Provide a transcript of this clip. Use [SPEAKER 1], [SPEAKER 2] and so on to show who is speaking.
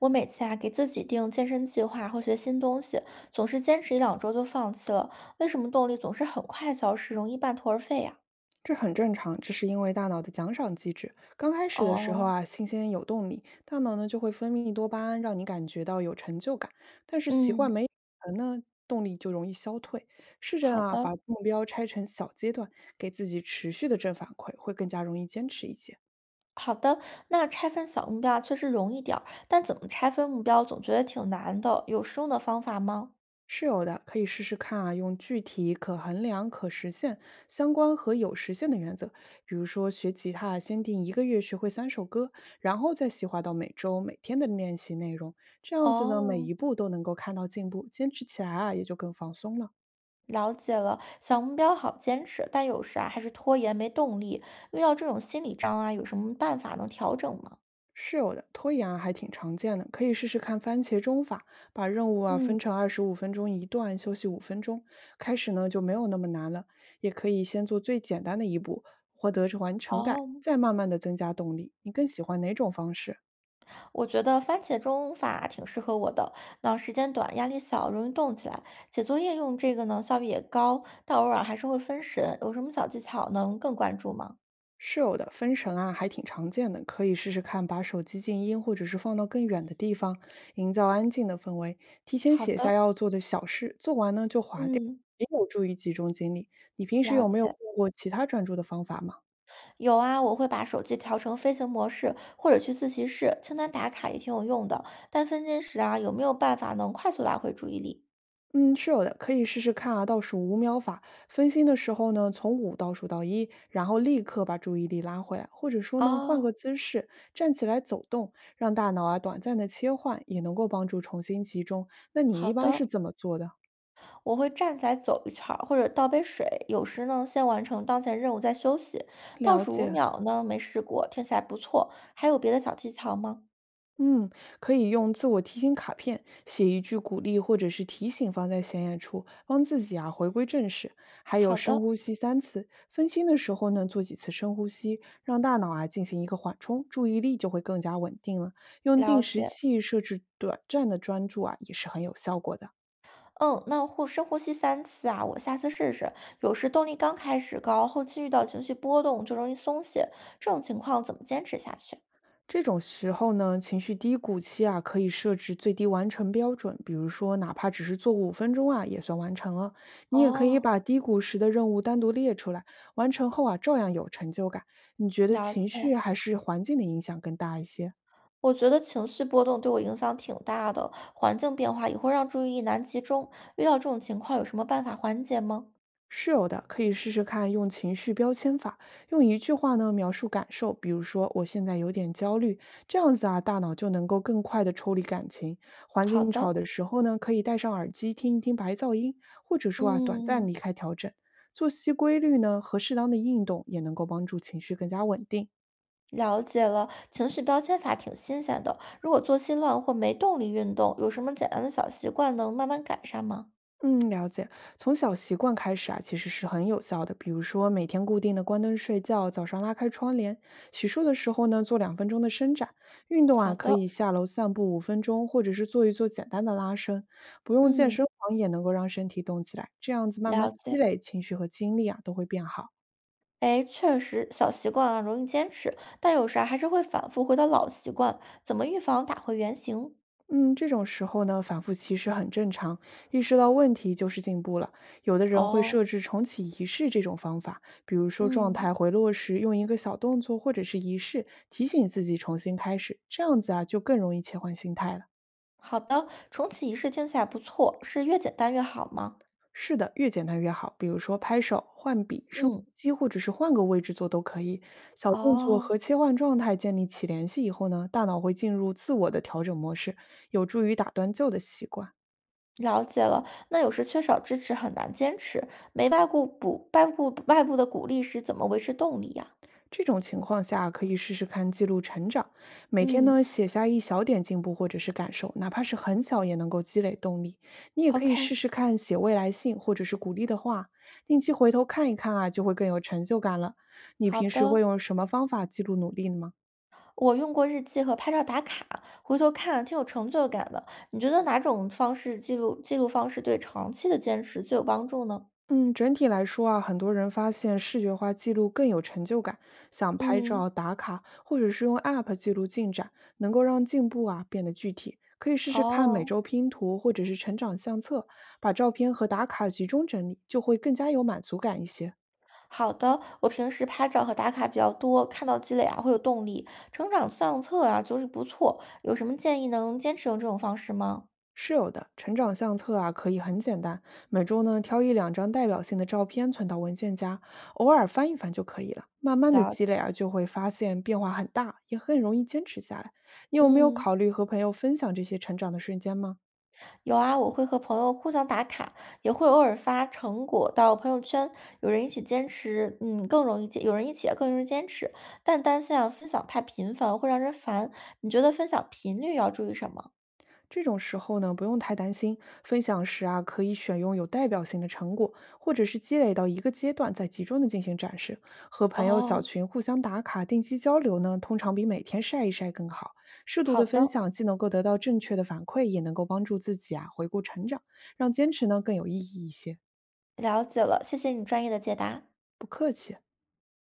[SPEAKER 1] 我每次啊给自己定健身计划或学新东西，总是坚持一两周就放弃了。为什么动力总是很快消失，容易半途而废呀？
[SPEAKER 2] 这很正常，这是因为大脑的奖赏机制。刚开始的时候
[SPEAKER 1] 哦。
[SPEAKER 2] 啊，新鲜有动力，大脑呢就会分泌多巴胺，让你感觉到有成就感。但是习惯
[SPEAKER 1] 嗯。
[SPEAKER 2] 没养成呢，动力就容易消退。试着
[SPEAKER 1] 好
[SPEAKER 2] 啊，把
[SPEAKER 1] 的。
[SPEAKER 2] 目标拆成小阶段，给自己持续的正反馈，会更加容易坚持一些。
[SPEAKER 1] 好的。那拆分小目标啊确实容易点儿，但怎么拆分目标总觉得挺难的。有实用的方法吗？
[SPEAKER 2] 是有的，可以试试看啊，用具体、可衡量、可实现、相关和有实现的原则。比如说，学吉他先定1个月学会3首歌，然后再细化到每周、每天的练习内容。这样子呢，每
[SPEAKER 1] 哦，
[SPEAKER 2] 一步都能够看到进步，坚持起来啊，也就更放松了。
[SPEAKER 1] 了解了。小目标好坚持，但有时啊还是拖延没动力。遇到这种心理障碍，有什么办法能调整吗？
[SPEAKER 2] 是有的，拖延啊还挺常见的，可以试试看番茄钟法，把任务啊
[SPEAKER 1] 嗯。
[SPEAKER 2] 分成25分钟一段，休息五分钟，开始呢就没有那么难了。也可以先做最简单的一步，获得完成感，
[SPEAKER 1] 哦。
[SPEAKER 2] 再慢慢的增加动力。你更喜欢哪种方式？
[SPEAKER 1] 我觉得番茄钟法挺适合我的，那时间短，压力小，容易动起来。写作业用这个呢，效率也高，但偶尔还是会分神。有什么小技巧能更关注吗？
[SPEAKER 2] 是有的，分神啊还挺常见的，可以试试看把手机静音，或者是放到更远的地方，营造安静的氛围。提前
[SPEAKER 1] 好
[SPEAKER 2] 写
[SPEAKER 1] 的。
[SPEAKER 2] 下要做的小事，做完呢就划掉，
[SPEAKER 1] 嗯。
[SPEAKER 2] 也有助于集中精力。你平时
[SPEAKER 1] 了
[SPEAKER 2] 有没有
[SPEAKER 1] 解。
[SPEAKER 2] 用过其他专注的方法吗？
[SPEAKER 1] 有啊，我会把手机调成飞行模式，或者去自习室，清单打卡也挺有用的。但分心时啊，有没有办法能快速拉回注意力？
[SPEAKER 2] 嗯，是有的，可以试试看啊，倒数五秒法。分心的时候呢，从五倒数到一，然后立刻把注意力拉回来，或者说呢，换
[SPEAKER 1] 哦。
[SPEAKER 2] 个姿势，站起来走动，让大脑啊短暂的切换，也能够帮助重新集中。那你
[SPEAKER 1] 好
[SPEAKER 2] 一般是
[SPEAKER 1] 的。
[SPEAKER 2] 怎么做的？
[SPEAKER 1] 我会站起来走一圈儿，或者倒杯水。有时呢，先完成当前任务再休息。倒
[SPEAKER 2] 了
[SPEAKER 1] 数五
[SPEAKER 2] 解。
[SPEAKER 1] 秒呢，没试过，听起来不错。还有别的小技巧吗？
[SPEAKER 2] 嗯，可以用自我提醒卡片写一句鼓励或者是提醒放在显眼处，帮自己啊回归正视。还有
[SPEAKER 1] 好
[SPEAKER 2] 深
[SPEAKER 1] 的。
[SPEAKER 2] 呼吸三次，分心的时候呢做几次深呼吸，让大脑啊进行一个缓冲，注意力就会更加稳定了。用
[SPEAKER 1] 了
[SPEAKER 2] 定时
[SPEAKER 1] 解。
[SPEAKER 2] 器设置短暂的专注啊，也是很有效果的。
[SPEAKER 1] 嗯，那呼深呼吸3次啊，我下次试试。有时动力刚开始高，后期遇到情绪波动就容易松懈，这种情况怎么坚持下去？
[SPEAKER 2] 这种时候呢，情绪低谷期啊，可以设置最低完成标准，比如说哪怕只是做五分钟啊，也算完成了。你也可以
[SPEAKER 1] 哦。
[SPEAKER 2] 把低谷时的任务单独列出来，完成后啊，照样有成就感。你觉得
[SPEAKER 1] 了
[SPEAKER 2] 情绪
[SPEAKER 1] 解。
[SPEAKER 2] 还是环境的影响更大一些？
[SPEAKER 1] 我觉得情绪波动对我影响挺大的，环境变化也会让注意力难集中。遇到这种情况，有什么办法缓解吗？
[SPEAKER 2] 是有的，可以试试看用情绪标签法，用一句话呢描述感受，比如说我现在有点焦虑，这样子啊，大脑就能够更快的抽离感情。环
[SPEAKER 1] 好
[SPEAKER 2] 境
[SPEAKER 1] 的。
[SPEAKER 2] 吵的时候呢，可以戴上耳机听一听白噪音，或者说啊，短暂
[SPEAKER 1] 嗯，
[SPEAKER 2] 离开调整。作息规律呢和适当的运动也能够帮助情绪更加稳定。
[SPEAKER 1] 了解了，情绪标签法挺新鲜的。如果作息乱或没动力运动，有什么简单的小习惯能慢慢改善吗？
[SPEAKER 2] 嗯，了解。从小习惯开始啊，其实是很有效的。比如说，每天固定的关灯睡觉，早上拉开窗帘，洗漱的时候呢，做2分钟的伸展运动
[SPEAKER 1] 好
[SPEAKER 2] 啊，
[SPEAKER 1] 的。
[SPEAKER 2] 可以下楼散步五分钟，或者是做一做简单的拉伸，不用健
[SPEAKER 1] 嗯。
[SPEAKER 2] 身房也能够让身体动起来。这样子慢慢
[SPEAKER 1] 了
[SPEAKER 2] 积
[SPEAKER 1] 解。
[SPEAKER 2] 累，情绪和精力啊都会变好。
[SPEAKER 1] 哎，确实，小习惯啊容易坚持，但有时啊还是会反复回到老习惯，怎么预防打回原形？
[SPEAKER 2] 嗯，这种时候呢，反复其实很正常。意识到问题就是进步了。有的人会
[SPEAKER 1] 哦。
[SPEAKER 2] 设置重启仪式这种方法，比如说状
[SPEAKER 1] 嗯。
[SPEAKER 2] 态回落时用一个小动作或者是仪式提醒自己重新开始，这样子啊就更容易切换心态了。
[SPEAKER 1] 好的，重启仪式听起来不错，是越简单越好吗？
[SPEAKER 2] 是的，越简单越好。比如说拍手、换笔、深呼
[SPEAKER 1] 嗯。
[SPEAKER 2] 吸，或者是换个位置坐都可以。小动作
[SPEAKER 1] 哦。
[SPEAKER 2] 和切换状态建立起联系以后呢，大脑会进入自我的调整模式，有助于打断旧的习惯。
[SPEAKER 1] 了解了。那有时缺少支持很难坚持，没外部补外部外部的鼓励时，怎么维持动力呀？
[SPEAKER 2] 这种情况下，可以试试看记录成长，每天
[SPEAKER 1] 嗯
[SPEAKER 2] 呢写下一小点进步或者是感受，哪怕是很小，也能够积累动力。你也可以
[SPEAKER 1] ，OK。
[SPEAKER 2] 试试看写未来信或者是鼓励的话，定期回头看一看啊，就会更有成就感了。你
[SPEAKER 1] 好
[SPEAKER 2] 平时会
[SPEAKER 1] 的，
[SPEAKER 2] 用什么方法记录努力呢？
[SPEAKER 1] 我用过日记和拍照打卡，回头看挺有成就感的。你觉得哪种方式记录方式对长期的坚持最有帮助呢？
[SPEAKER 2] 嗯，整体来说啊，很多人发现视觉化记录更有成就感，想拍
[SPEAKER 1] 嗯。
[SPEAKER 2] 照打卡，或者是用 App 记录进展，能够让进步啊变得具体。可以试试看每
[SPEAKER 1] 哦。
[SPEAKER 2] 周拼图或者是成长相册，把照片和打卡集中整理，就会更加有满足感一些。
[SPEAKER 1] 好的，我平时拍照和打卡比较多，看到积累啊会有动力，成长相册啊就是不错。有什么建议能坚持用这种方式吗？
[SPEAKER 2] 是有的，成长相册啊，可以很简单，每周呢挑一两张代表性的照片存到文件夹，偶尔翻一翻就可以了。慢慢的
[SPEAKER 1] 了解。
[SPEAKER 2] 积累啊，就会发现变化很大，也很容易坚持下来。你有没有
[SPEAKER 1] 嗯。
[SPEAKER 2] 考虑和朋友分享这些成长的瞬间吗？
[SPEAKER 1] 有啊，我会和朋友互相打卡，也会偶尔发成果到朋友圈。有人一起也更容易坚持。但担心啊，分享太频繁会让人烦。你觉得分享频率要注意什么？
[SPEAKER 2] 这种时候呢，不用太担心。分享时啊，可以选用有代表性的成果，或者是积累到一个阶段再集中的进行展示。和朋友小
[SPEAKER 1] 哦。
[SPEAKER 2] 群互相打卡、定期交流呢，通常比每天晒一晒更好。适度
[SPEAKER 1] 好
[SPEAKER 2] 的
[SPEAKER 1] 的。
[SPEAKER 2] 分享，既能够得到正确的反馈，也能够帮助自己啊回顾成长，让坚持呢更有意义一些。
[SPEAKER 1] 了解了，谢谢你专业的解答。